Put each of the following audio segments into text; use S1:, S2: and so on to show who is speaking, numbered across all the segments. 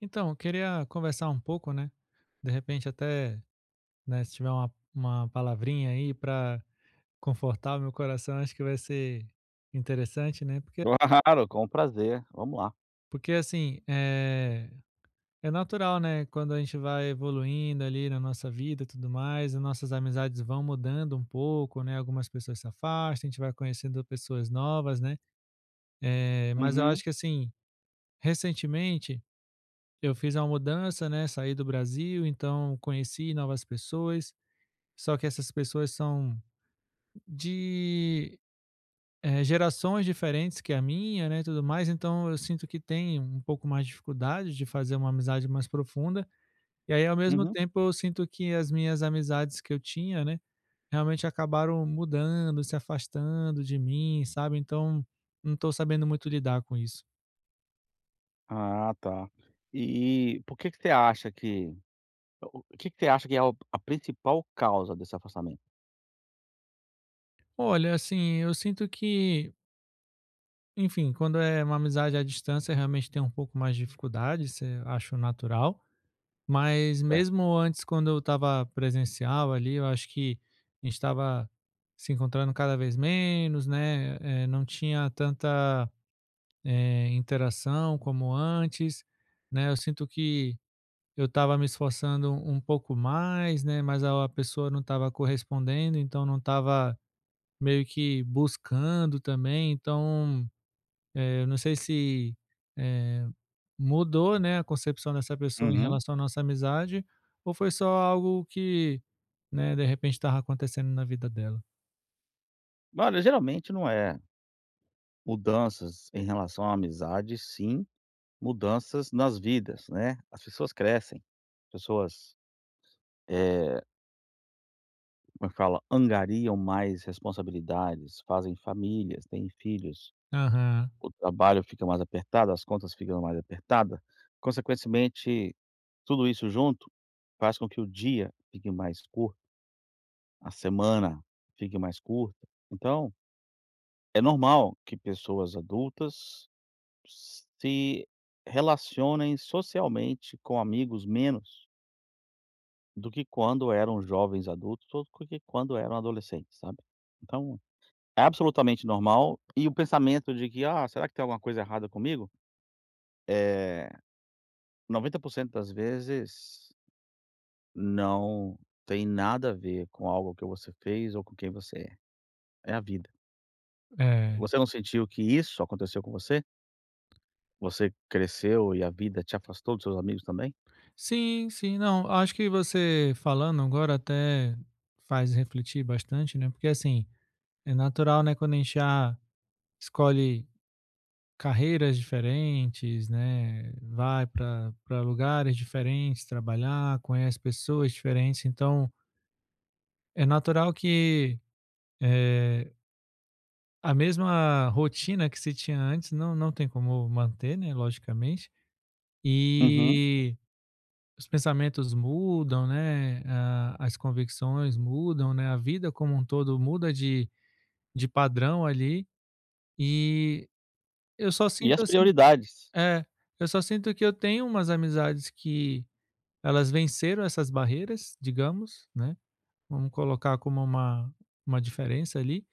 S1: Então, eu queria conversar um pouco, né? De repente, até, né, se tiver uma palavrinha aí para confortar o meu coração, acho que vai ser interessante, né? Porque,
S2: Claro, com prazer. Vamos lá.
S1: porque assim, é, é natural, né? Quando a gente vai evoluindo ali na nossa vida e tudo mais, as nossas amizades vão mudando um pouco, né? Algumas pessoas se afastam, a gente vai conhecendo pessoas novas, né? É, mas eu
S2: Uhum,
S1: acho que, assim, recentemente. Eu fiz uma mudança, né, saí do Brasil, então conheci novas pessoas, só que essas pessoas são de, gerações diferentes que a minha, né, tudo mais, então eu sinto que tem um pouco mais de dificuldade de fazer uma amizade mais profunda, e aí ao mesmo
S2: uhum.
S1: tempo eu sinto que as minhas amizades que eu tinha, né, realmente acabaram mudando, se afastando de mim, sabe, então não estou sabendo muito lidar com isso.
S2: Ah, tá. E por que que você acha que O que que você acha que é o a principal causa desse afastamento?
S1: Olha, assim, eu sinto que enfim, quando é uma amizade à distância, realmente tem um pouco mais de dificuldade, isso eu acho natural. Mas
S2: É.
S1: mesmo antes, quando eu estava presencial ali, eu acho que a gente estava se encontrando cada vez menos, né? Não tinha tanta interação como antes, né? Eu sinto que eu estava me esforçando um pouco mais, né? Mas a pessoa não estava correspondendo, então não estava meio que buscando também, então eu não sei se, eh, mudou, né, a concepção dessa pessoa em
S2: Uhum.
S1: relação à nossa amizade, ou foi só algo que, né, de repente estava acontecendo na vida dela.
S2: Olha, geralmente não é mudanças em relação à amizade, sim mudanças nas vidas, né. As pessoas crescem, pessoas, eh, como é que fala? Angariam mais responsabilidades, fazem famílias, têm filhos.
S1: Aham,
S2: O trabalho fica mais apertado, as contas ficam mais apertada, consequentemente, tudo isso junto faz com que o dia fique mais curto, a semana fique mais curta. Então, é normal que pessoas adultas se relacionem socialmente com amigos menos do que quando eram jovens adultos ou do que quando eram adolescentes, sabe. Então, é absolutamente normal e o pensamento de que: "Ah, será que tem alguma coisa errada comigo?", é 90% das vezes não tem nada a ver com algo que você fez ou com quem você é. É a vida.
S1: é.
S2: Você não sentiu que isso aconteceu com você? Você cresceu e a vida te afastou dos seus amigos também?
S1: Sim, sim. Não, acho que você falando agora até faz refletir bastante, né, porque assim, é natural, né, quando a gente já escolhe carreiras diferentes, né, vai para lugares diferentes trabalhar, conhece pessoas diferentes, então é natural que, eh, a mesma rotina que se tinha antes não tem como manter, né, logicamente,
S2: Uhum.
S1: e os pensamentos mudam, né, a as convicções mudam, né, a vida como um todo muda de padrão ali, e eu só
S2: E
S1: sinto
S2: as
S1: assim que
S2: prioridades?
S1: é, eu só sinto que eu tenho umas amizades que elas venceram essas barreiras, digamos, né, vamos colocar como uma diferença ali,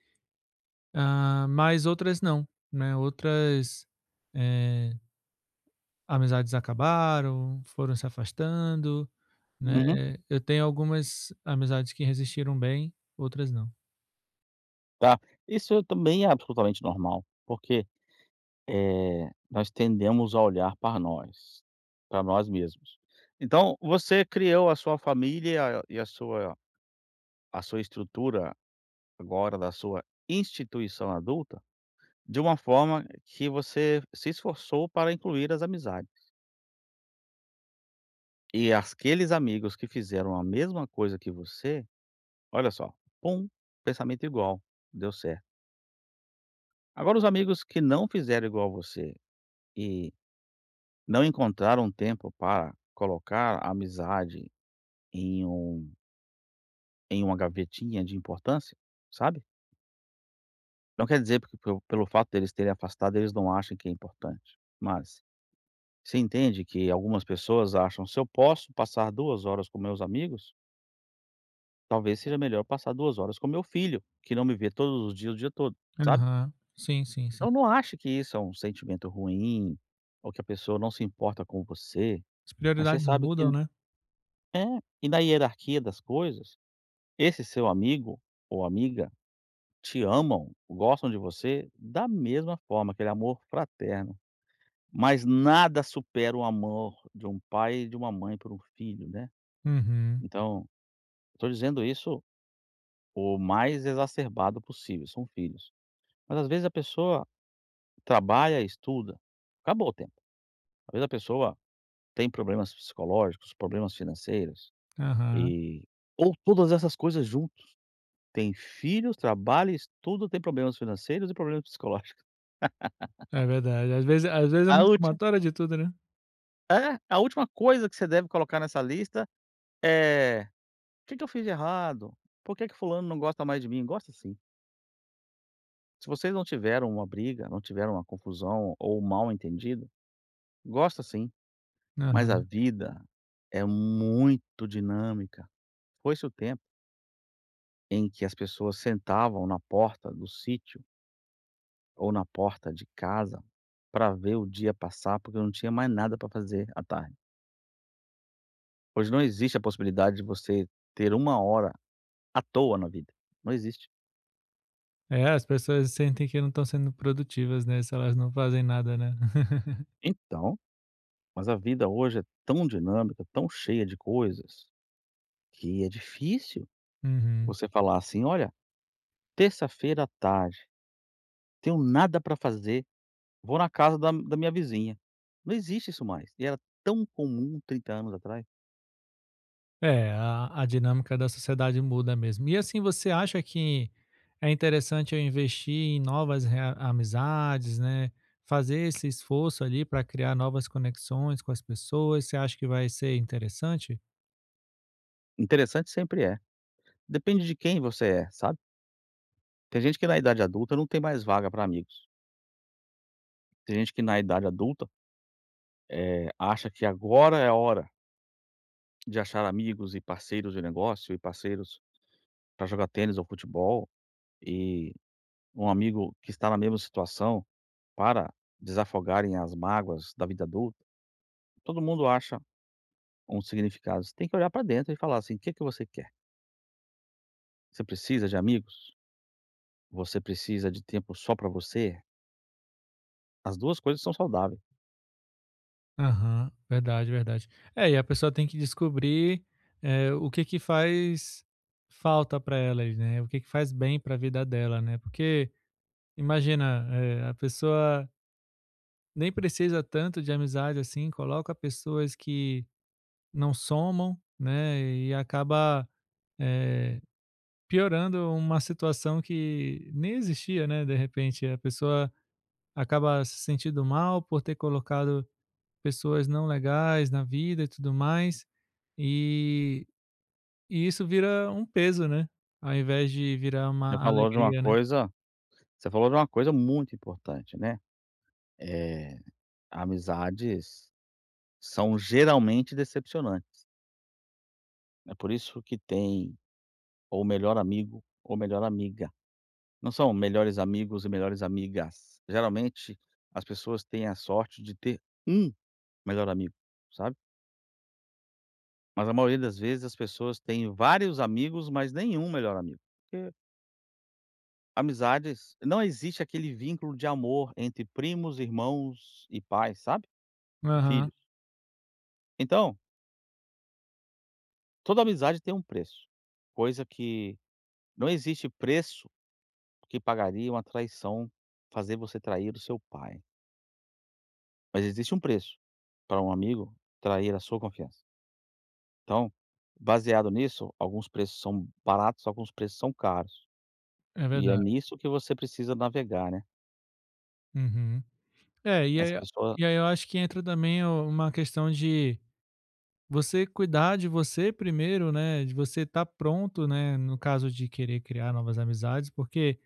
S1: ah, mas outras não, né, outras, eh, amizades acabaram, foram se afastando, né.
S2: Uhum.
S1: Eu tenho algumas amizades que resistiram bem, outras não.
S2: Tá. Isso é também é absolutamente normal, porque, nós tendemos a olhar para nós mesmos. Então, você criou a sua família e a sua estrutura agora da sua instituição adulta, de uma forma que você se esforçou para incluir as amizades. E aqueles amigos que fizeram a mesma coisa que você, olha só, pum, pensamento igual, deu certo. Agora os amigos que não fizeram igual a você e não encontraram tempo para colocar a amizade em um em uma gavetinha de importância, sabe? Não quer dizer porque pelo fato deles terem afastado, eles não acham que é importante, mas você entende que algumas pessoas acham, se eu posso passar 2 horas com meus amigos, talvez seja melhor passar 2 horas com meu filho, que não me vê todos os dias, o dia todo, sabe.
S1: Aham. Sim, sim, sim.
S2: Então não acho que isso é um sentimento ruim, ou que a pessoa não se importa com você,
S1: As
S2: mas você
S1: prioridades
S2: sabe
S1: mudam,
S2: que
S1: né.
S2: é, e na hierarquia das coisas, esse seu amigo ou amiga te amam, gostam de você da mesma forma, aquele amor fraterno, mas nada supera o amor de um pai e de uma mãe por um filho, né.
S1: Uhum.
S2: Então, estou dizendo isso o mais exacerbado possível, são filhos. Mas às vezes a pessoa trabalha, estuda, acabou o tempo. Às vezes a pessoa tem problemas psicológicos, problemas financeiros
S1: Aham.
S2: e ou todas essas coisas junto. Tem filhos, trabalha, estuda, tem problemas financeiros e problemas psicológicos.
S1: É verdade. Às vezes é
S2: A
S1: uma
S2: última
S1: somatória de tudo, né.
S2: a última coisa que você deve colocar nessa lista é: "O que que eu fiz de errado? Por que que fulano não gosta mais de mim?". Gosta sim. Se vocês não tiveram uma briga, não tiveram uma confusão ou um mal entendido. Gosto sim, mas a
S1: Aham.
S2: vida é muito dinâmica. Foi-se o tempo em que as pessoas sentavam na porta do sítio ou na porta de casa para ver o dia passar, porque não tinha mais nada para fazer à tarde. Hoje não existe a possibilidade de você ter uma hora à toa na vida, não existe.
S1: É, as pessoas sentem que não estão sendo produtivas, né, se elas não fazem nada, né.
S2: Então, mas a vida hoje é tão dinâmica, tão cheia de coisas, que é difícil
S1: Uhum.
S2: você falar assim: "Olha, terça-feira à tarde, tenho nada para fazer". Vou na casa da minha vizinha. Não existe isso mais, e era tão comum 30 anos atrás.
S1: É, a dinâmica da sociedade muda mesmo. E assim, você acha que é interessante eu investir em novas rea amizades, né, fazer esse esforço ali para criar novas conexões com as pessoas, você acha que vai ser interessante?
S2: Interessante sempre é. Depende de quem você é, sabe. Tem gente que na idade adulta não tem mais vaga para amigos. Tem gente que na idade adulta, acha que agora é a hora de achar amigos e parceiros de negócio e parceiros para jogar tênis ou futebol, e um amigo que está na mesma situação para desafogarem as mágoas da vida adulta. Todo mundo acha um significado. Você tem que olhar para dentro e falar assim: "O que que você quer?" Você precisa de amigos? Você precisa de tempo só pra você? As 2 coisas são saudáveis.
S1: Aham, verdade, verdade. É, e a pessoa tem que descobrir, o que que faz falta para ela ali, né, o que que faz bem para a vida dela, né, porque imagina, a pessoa nem precisa tanto de amizade, assim, coloca pessoas que não somam, né, e acaba, eh, piorando uma situação que nem existia, né, de repente. A pessoa acaba se sentindo mal por ter colocado pessoas não legais na vida e tudo mais, e e isso vira um peso, né, ao invés de virar
S2: Você
S1: uma
S2: falou de uma
S1: alegria, né.
S2: coisa Você falou de uma coisa muito importante, né, eh, amizades são geralmente decepcionantes. É por isso que tem ou melhor amigo ou melhor amiga. Não são melhores amigos e melhores amigas. Geralmente, as pessoas têm a sorte de ter um melhor amigo, sabe. Mas a maioria das vezes as pessoas têm vários amigos, mas nenhum melhor amigo, porque amizades não existe aquele vínculo de amor entre primos, irmãos e pais, sabe? E
S1: Aham,
S2: filhos. Então, toda amizade tem um preço, coisa que não existe preço que pagaria uma traição fazer você trair o seu pai, mas existe um preço para um amigo trair a sua confiança. Então, baseado nisso, alguns preços são baratos, alguns preços são caros,
S1: é
S2: e é
S1: verdade.
S2: nisso que você precisa navegar, né.
S1: Uhum. É,
S2: Essa pessoa.
S1: e aí eu acho que entra também o uma questão de você cuidar de você primeiro, né, de você estar pronto, né, no caso de querer criar novas amizades, porque,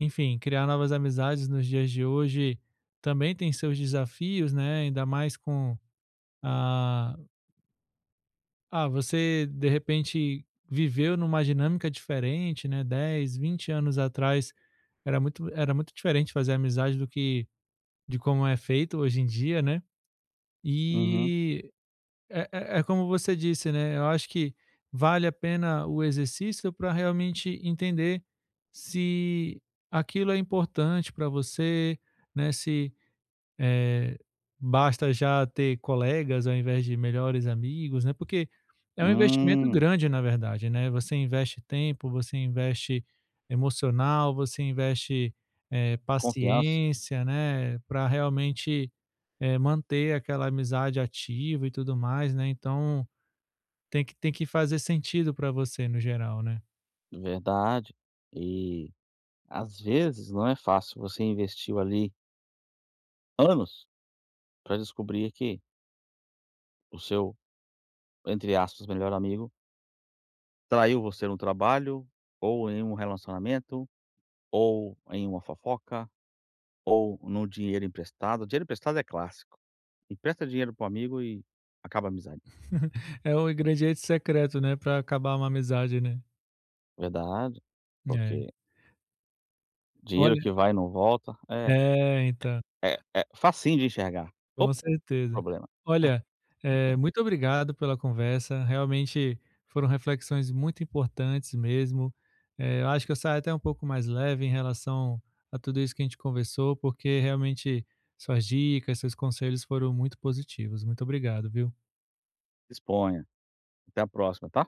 S1: enfim, criar novas amizades nos dias de hoje também tem seus desafios, né, ainda mais com a ah, você de repente viveu numa dinâmica diferente, né, 10, 20 anos atrás era muito diferente fazer amizade do que de como é feito hoje em dia, né,
S2: Uhum.
S1: e é como você disse, né, eu acho que vale a pena o exercício para realmente entender se aquilo é importante para você, né, se eh, basta já ter colegas ao invés de melhores amigos, né, porque é um investimento
S2: Hum.
S1: grande, na verdade, né, você investe tempo, você investe emocional, você investe,
S2: Confiança.
S1: paciência, né, para realmente, manter aquela amizade ativa e tudo mais, né, então tem que fazer sentido para você no geral, né.
S2: Verdade. E, às vezes, não é fácil. Você investiu ali anos para descobrir que o seu, entre aspas, melhor amigo traiu você no trabalho, ou em um relacionamento, ou em uma fofoca, ou no dinheiro emprestado. Dinheiro emprestado é clássico. Empresta dinheiro pro amigo e acaba a amizade.
S1: É o ingrediente secreto, né, para acabar uma amizade, né.
S2: Verdade,
S1: É.
S2: porque dinheiro
S1: Olha
S2: que vai e não volta é
S1: é, então.
S2: é é facinho de enxergar.
S1: Com
S2: Opa,
S1: certeza.
S2: problema.
S1: Olha, muito obrigado pela conversa. Realmente foram reflexões muito importantes mesmo. Eu acho que eu saio até um pouco mais leve em relação a tudo isso que a gente conversou, porque realmente suas dicas, seus conselhos foram muito positivos. Muito obrigado, viu?
S2: Disponha. Até a próxima, tá?